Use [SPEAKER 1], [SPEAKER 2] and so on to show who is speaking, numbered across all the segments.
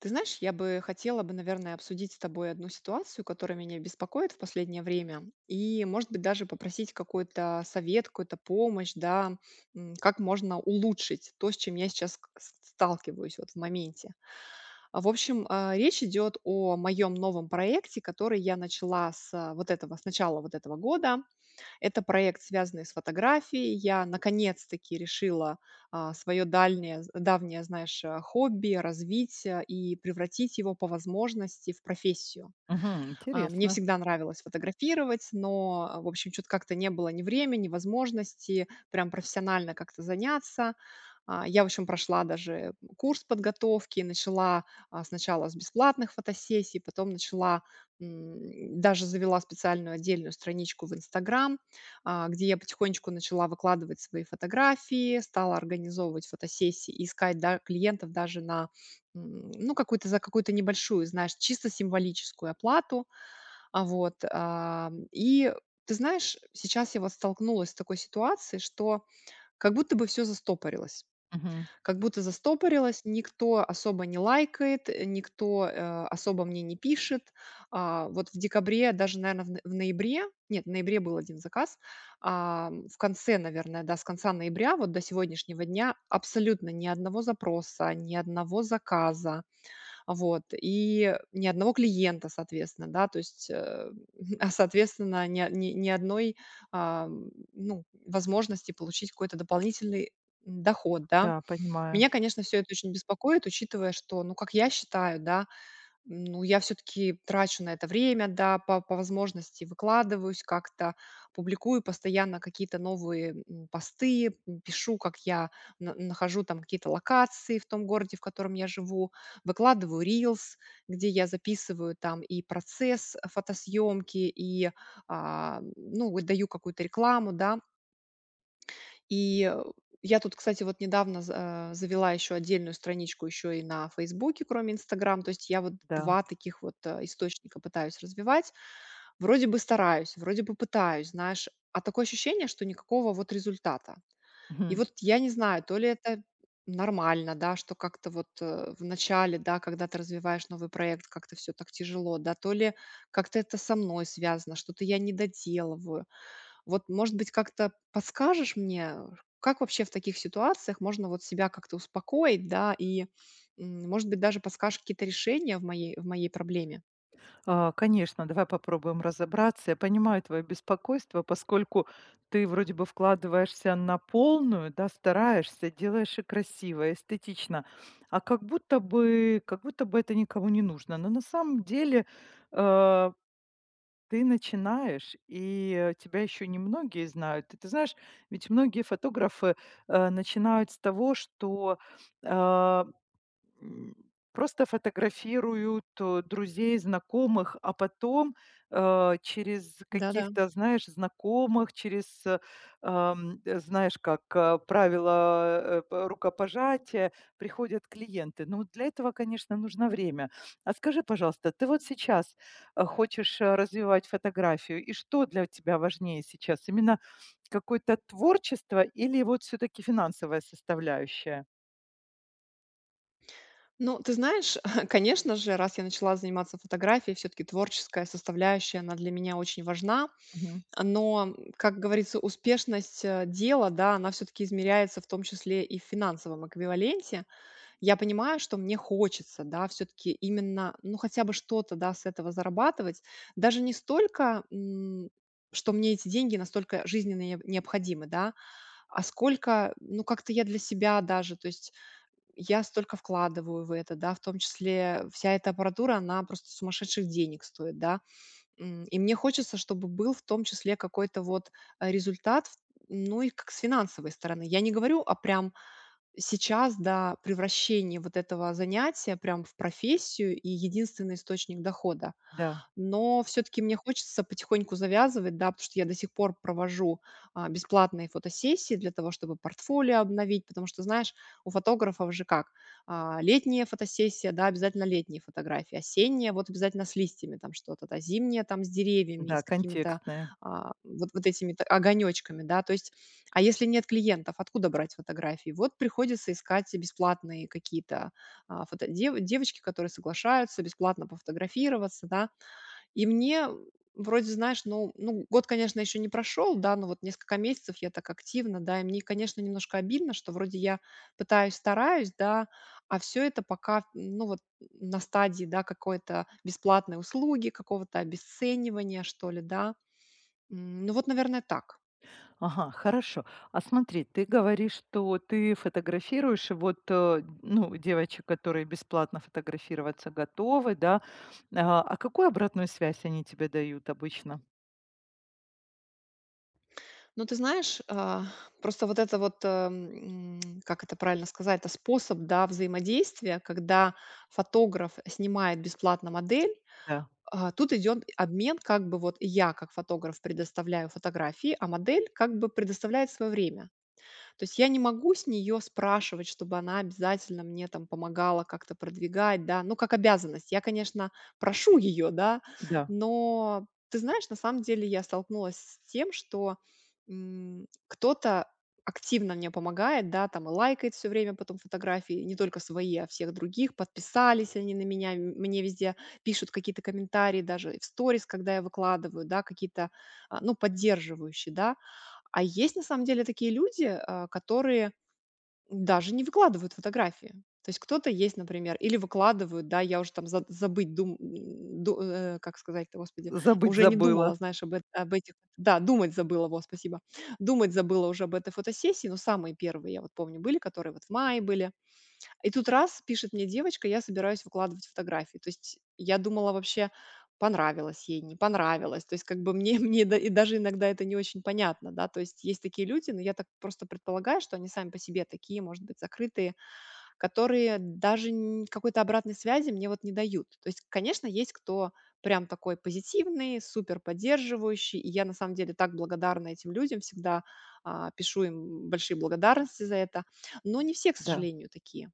[SPEAKER 1] Ты знаешь, я бы хотела бы, наверное, обсудить с тобой одну ситуацию, которая меня беспокоит в последнее время, и, может быть, даже попросить какой-то совет, какую-то помощь, да, как можно улучшить то, с чем я сейчас сталкиваюсь вот в моменте. В общем, речь идет о моем новом проекте, который я начала с начала вот этого года. Это проект, связанный с фотографией. Я наконец-таки решила свое дальнее, давнее, знаешь, хобби развить и превратить его по возможности в профессию.
[SPEAKER 2] Мгм.
[SPEAKER 1] Мне
[SPEAKER 2] Интересно.
[SPEAKER 1] всегда нравилось фотографировать, но, в общем, что то как-то не было ни времени, ни возможности прям профессионально как-то заняться. Я, в общем, прошла даже курс подготовки, начала, сначала с бесплатных фотосессий, потом начала, даже завела специальную отдельную страничку в "Инстаграм", где я потихонечку начала выкладывать свои фотографии, стала организовывать фотосессии и искать, да, клиентов даже на, ну, какую-то за какую-то небольшую, знаешь, чисто символическую оплату. Вот, и ты знаешь, сейчас я вот столкнулась с такой ситуацией, что как будто бы все застопорилось.
[SPEAKER 2] Мгм.
[SPEAKER 1] Как будто застопорилось, никто особо не лайкает, никто, особо мне не пишет. Вот в декабре, даже, наверное, в ноябре нет, в ноябре был один заказ. В конце, наверное, да, с конца ноября вот до сегодняшнего дня абсолютно ни одного запроса, ни одного заказа. Вот, и ни одного клиента, соответственно, да, то есть, соответственно, ни одной, ну, возможности получить какой-то дополнительный доход, да.
[SPEAKER 2] Да, понимаю.
[SPEAKER 1] Меня, конечно, все это очень беспокоит, учитывая, что, ну, как я считаю, да, ну, я все-таки трачу на это время, да, по возможности выкладываюсь как-то, публикую постоянно какие-то новые посты, пишу, как я нахожу там какие-то локации в том городе, в котором я живу, выкладываю рилс, где я записываю там и процесс фотосъемки, и, ну, вот даю какую-то рекламу, да, и я тут, кстати, вот недавно завела еще отдельную страничку еще и на "Фейсбуке", кроме "Инстаграм". То есть я вот
[SPEAKER 2] Да.
[SPEAKER 1] 2 таких вот, источника пытаюсь развивать. Вроде бы стараюсь, вроде бы пытаюсь, знаешь, а такое ощущение, что никакого вот результата. И
[SPEAKER 2] Мгм.
[SPEAKER 1] вот я не знаю, то ли это нормально, да, что как-то вот, в начале, да, когда ты развиваешь новый проект, как-то все так тяжело, да, то ли как-то это со мной связано, что-то я не доделываю. Вот, может быть, как-то подскажешь мне, как вообще в таких ситуациях можно вот себя как-то успокоить, да, и, может быть, даже подскажешь какие-то решения в моей проблеме?
[SPEAKER 2] Конечно, давай попробуем разобраться. Я понимаю твое беспокойство, поскольку ты вроде бы вкладываешься на полную, да, стараешься, делаешь и красиво, и эстетично, как будто бы это никому не нужно. Но на самом деле э, ты начинаешь, и тебя еще немногие знают. И ты знаешь, ведь многие фотографы начинают с того, что а, М, просто фотографируют, друзей, знакомых, а потом, через
[SPEAKER 1] Да-да.
[SPEAKER 2] каких-то, знаешь, знакомых, через, э, ам, э, знаешь, как правило, э, п рукопожатия приходят клиенты. Ну, для этого, конечно, нужно время. А скажи, пожалуйста, ты вот сейчас, хочешь, развивать фотографию, и что для тебя важнее сейчас? Именно какое-то творчество или вот все таки финансовая составляющая?
[SPEAKER 1] Ну, ты знаешь, конечно же, раз я начала заниматься фотографией, все-таки творческая составляющая, она для меня очень важна.
[SPEAKER 2] Мгм.
[SPEAKER 1] Но, как говорится, успешность дела, да, она все-таки измеряется в том числе и в финансовом эквиваленте. Я понимаю, что мне хочется, да, все-таки именно, ну, хотя бы что-то, да, с этого зарабатывать. Даже не столько, что мне эти деньги настолько жизненно необходимы, да, а сколько, ну, как-то я для себя даже, то есть я столько вкладываю в это, да, в том числе вся эта аппаратура, она просто сумасшедших денег стоит, да. И мне хочется, чтобы был в том числе какой-то вот результат, ну, и как с финансовой стороны. Я не говорю о прям сейчас, да, превращение вот этого занятия прям в профессию и единственный источник дохода.
[SPEAKER 2] Да.
[SPEAKER 1] Но все таки мне хочется потихоньку завязывать, да, потому что я до сих пор провожу, бесплатные фотосессии для того, чтобы портфолио обновить. Потому что, знаешь, у фотографов же как: летняя фотосессия, да, обязательно летние фотографии, осенняя- вот обязательно с листьями там что-то, да, зимняя- там с деревьями и с
[SPEAKER 2] Да,
[SPEAKER 1] какими-то,
[SPEAKER 2] контекстная.
[SPEAKER 1] вот этими т огонёчками, да. То есть, если нет клиентов, откуда брать фотографии? Вот приходится искать бесплатные какие-то, фотодев девочки, которые соглашаются бесплатно пофотографироваться, да. И мне вроде, знаешь, год, конечно, еще не прошел, да, но вот несколько месяцев я так активно, да, и мне, конечно, немножко обидно, что вроде я пытаюсь, стараюсь, да, а все это пока, ну, вот на стадии, да, какой-то бесплатной услуги, какого-то обесценивания, что ли, да. Ну, вот, наверное, так.
[SPEAKER 2] Ага, хорошо. А смотри, ты говоришь, что ты фотографируешь, и вот, ну, девочек, которые бесплатно фотографироваться готовы, да. А какую обратную связь они тебе дают обычно?
[SPEAKER 1] Но ты знаешь, просто вот это вот, как это правильно сказать, это способ, да, взаимодействия, когда фотограф снимает бесплатно модель.
[SPEAKER 2] Да,
[SPEAKER 1] Тут идет обмен, как бы вот я как фотограф предоставляю фотографии, а модель как бы предоставляет свое время. То есть я не могу с нее спрашивать, чтобы она обязательно мне там помогала как-то продвигать, да, ну, как обязанность. Я, конечно, прошу ее, да,
[SPEAKER 2] да.
[SPEAKER 1] но ты знаешь, на самом деле я столкнулась с тем, что кто-то активно мне помогает, да, там и лайкает все время потом фотографии, не только свои, а всех других, подписались они на меня, мне везде пишут какие-то комментарии, даже в сторис, когда я выкладываю, да, какие-то, ну, поддерживающие, да, а есть на самом деле такие люди, которые даже не выкладывают фотографии. То есть кто-то есть, например, или выкладывают, да, я уже там за- забыть, дум, м, ду- э, как сказать-то, господи,
[SPEAKER 2] Забыть
[SPEAKER 1] уже не
[SPEAKER 2] забыла.
[SPEAKER 1] думала, знаешь, об этих, да, думать забыла, вот, спасибо, думать забыла уже об этой фотосессии, но самые первые, я вот помню, были, которые вот в мае были, и тут пишет мне девочка: "Я собираюсь выкладывать фотографии". То есть я думала вообще, понравилось ей, не понравилось. То есть как бы мне мне да и даже иногда это не очень понятно, да. То есть есть такие люди, но я так просто предполагаю, что они сами по себе такие, может быть, закрытые, которые даже н какой-то обратной связи мне вот не дают. То есть, конечно, есть кто прям такой позитивный, супер поддерживающий, и я на самом деле так благодарна этим людям всегда, пишу им большие благодарности за это. Но не все, к
[SPEAKER 2] Да.
[SPEAKER 1] сожалению, такие.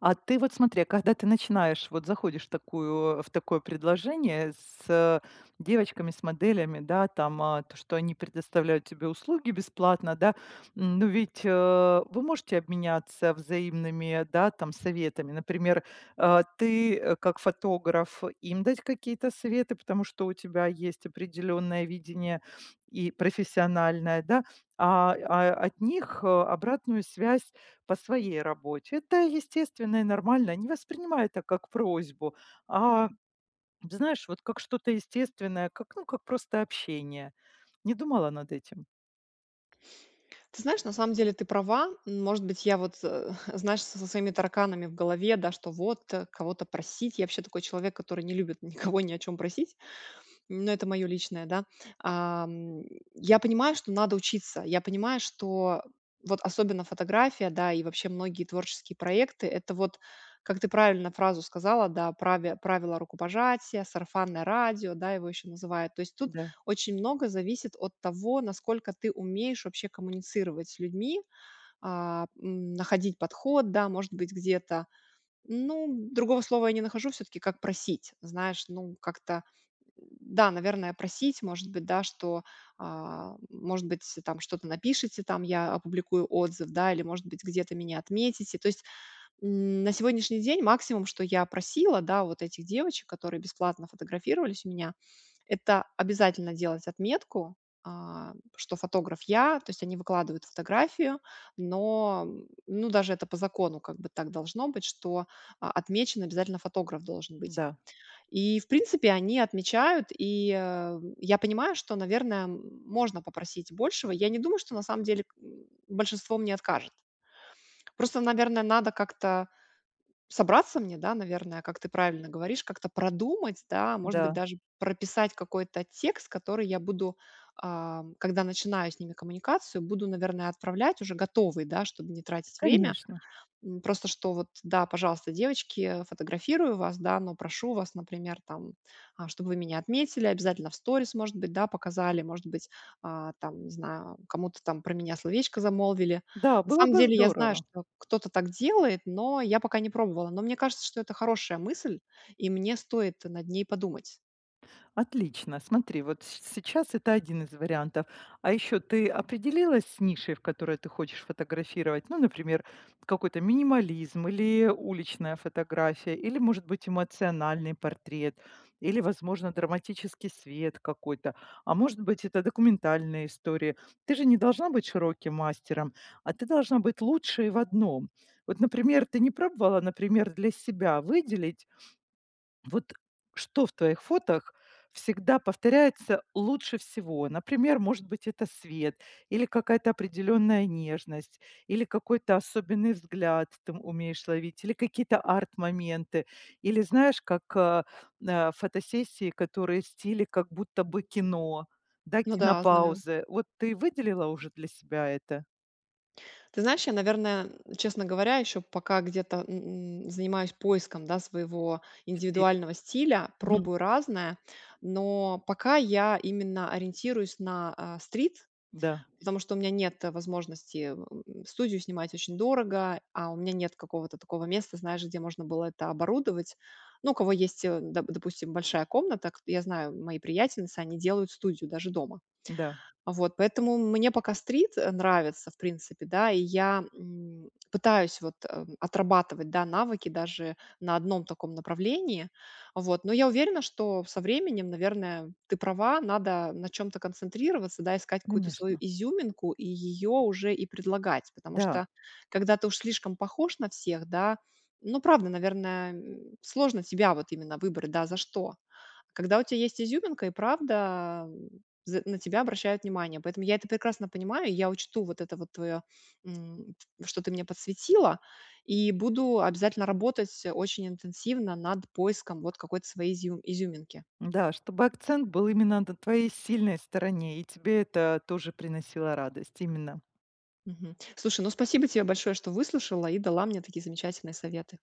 [SPEAKER 2] А ты вот смотри, а когда ты начинаешь, вот заходишь в такое предложение с, девочками, с моделями, да, там, то, что они предоставляют тебе услуги бесплатно, да. Но ведь, вы можете обменяться взаимными, да, там, советами. Например, ты, как фотограф, им дать какие-то советы, потому что у тебя есть определенное видение и профессиональное, да, от них, обратную связь по своей работе. Это естественно и нормально. Не воспринимай это как просьбу, а, знаешь, вот как что-то естественное, как, ну, как просто общение. Не думала над этим.
[SPEAKER 1] Ты знаешь, на самом деле ты права. Может быть, я вот, знаешь, со своими тараканами в голове, да, что вот кого-то просить. Я вообще такой человек, который не любит никого ни о чем просить. Ну, это моё личное, да. Ам, я понимаю, что надо учиться. Я понимаю, что вот особенно фотография, да, и вообще многие творческие проекты- это вот, как ты правильно фразу сказала, да, праве правила рукопожатия, сарафанное радио, да, его еще называют. То есть тут
[SPEAKER 2] Да,
[SPEAKER 1] очень много зависит от того, насколько ты умеешь вообще коммуницировать с людьми, находить подход, да, может быть, где-то. Ну, другого слова я не нахожу всё-таки, как просить. Знаешь, ну, как-то да, наверное, просить, может быть, да, что, может быть, там что-то напишите, там я опубликую отзыв, да, или, может быть, где-то меня отметите. То есть на сегодняшний день максимум, что я просила, да, вот этих девочек, которые бесплатно фотографировались у меня, это обязательно делать отметку, что фотограф я, то есть они выкладывают фотографию, но, ну, даже это по закону как бы так должно быть, что отмечен обязательно фотограф должен быть.
[SPEAKER 2] да,
[SPEAKER 1] И, в принципе, они отмечают, и, я понимаю, что, наверное, можно попросить большего. Я не думаю, что на самом деле большинство мне откажет. Просто, наверное, надо как-то собраться мне, да, наверное, как ты правильно говоришь, как-то продумать, да, может быть,
[SPEAKER 2] да,
[SPEAKER 1] даже прописать какой-то текст, который я буду, когда начинаю с ними коммуникацию, буду, наверное, отправлять уже готовый, да, чтобы не тратить время.
[SPEAKER 2] конечно.
[SPEAKER 1] Просто что вот, да, пожалуйста, девочки, фотографирую вас, да, но прошу вас, например, там, чтобы вы меня отметили, обязательно в сторис, может быть, да, показали, может быть, там, не знаю, кому-то там про меня словечко замолвили.
[SPEAKER 2] Да,
[SPEAKER 1] На
[SPEAKER 2] было
[SPEAKER 1] самом
[SPEAKER 2] бы
[SPEAKER 1] деле я знаю,
[SPEAKER 2] здорово.
[SPEAKER 1] что кто-то так делает, но я пока не пробовала. Но мне кажется, что это хорошая мысль, и мне стоит над ней подумать.
[SPEAKER 2] Отлично. Смотри, вот сейчас это один из вариантов. А еще ты определилась с нишей, в которой ты хочешь фотографировать? Ну, например, какой-то минимализм или уличная фотография, или, может быть, эмоциональный портрет, или, возможно, драматический свет какой-то, а может быть, это документальные истории. Ты же не должна быть широким мастером, а ты должна быть лучшей в одном. Вот, например, ты не пробовала, например, для себя выделить вот что в твоих фотах всегда повторяется лучше всего? Например, может быть, это свет, или какая-то определенная нежность, или какой-то особенный взгляд ты умеешь ловить, или какие-то арт-моменты, или знаешь, как фотосессии, которые в стиле как будто бы кино, да,
[SPEAKER 1] Ну да, знаю.
[SPEAKER 2] кинопаузы. Вот ты выделила уже для себя это?
[SPEAKER 1] Ты знаешь, я, наверное, честно говоря, еще пока где-то занимаюсь поиском, да, своего
[SPEAKER 2] Стиль.
[SPEAKER 1] индивидуального стиля,
[SPEAKER 2] Мгм.
[SPEAKER 1] пробую разное, но пока я именно ориентируюсь на стрит,
[SPEAKER 2] Да,
[SPEAKER 1] потому что у меня нет возможности студию снимать очень дорого, а у меня нет какого-то такого места, знаешь, где можно было это оборудовать. Ну, у кого есть, допустим, большая комната, я знаю, мои приятельницы, они делают студию даже дома
[SPEAKER 2] да,
[SPEAKER 1] вот, поэтому мне пока стрит, нравится, в принципе, да, и я, пытаюсь вот, отрабатывать, да, навыки даже на одном таком направлении. Вот, но я уверена, что со временем, наверное, ты права, надо на чем то концентрироваться, да, искать какую-то свою
[SPEAKER 2] конечно.
[SPEAKER 1] изюминку и ее уже и предлагать. Потому
[SPEAKER 2] Да.
[SPEAKER 1] что когда ты уж слишком похож на всех, да, ну, правда, наверное, сложно тебя вот именно выбрать, да, за что. Когда у тебя есть изюминка и правда за на тебя обращают внимание. Поэтому я это прекрасно понимаю, и я учту вот это вот твое, что ты мне подсветила, и буду обязательно работать очень интенсивно над поиском вот какой-то своей изюминки.
[SPEAKER 2] Да, чтобы акцент был именно на твоей сильной стороне, и тебе это тоже приносило радость, именно.
[SPEAKER 1] Мгм. Слушай, ну спасибо тебе большое, что выслушала и дала мне такие замечательные советы.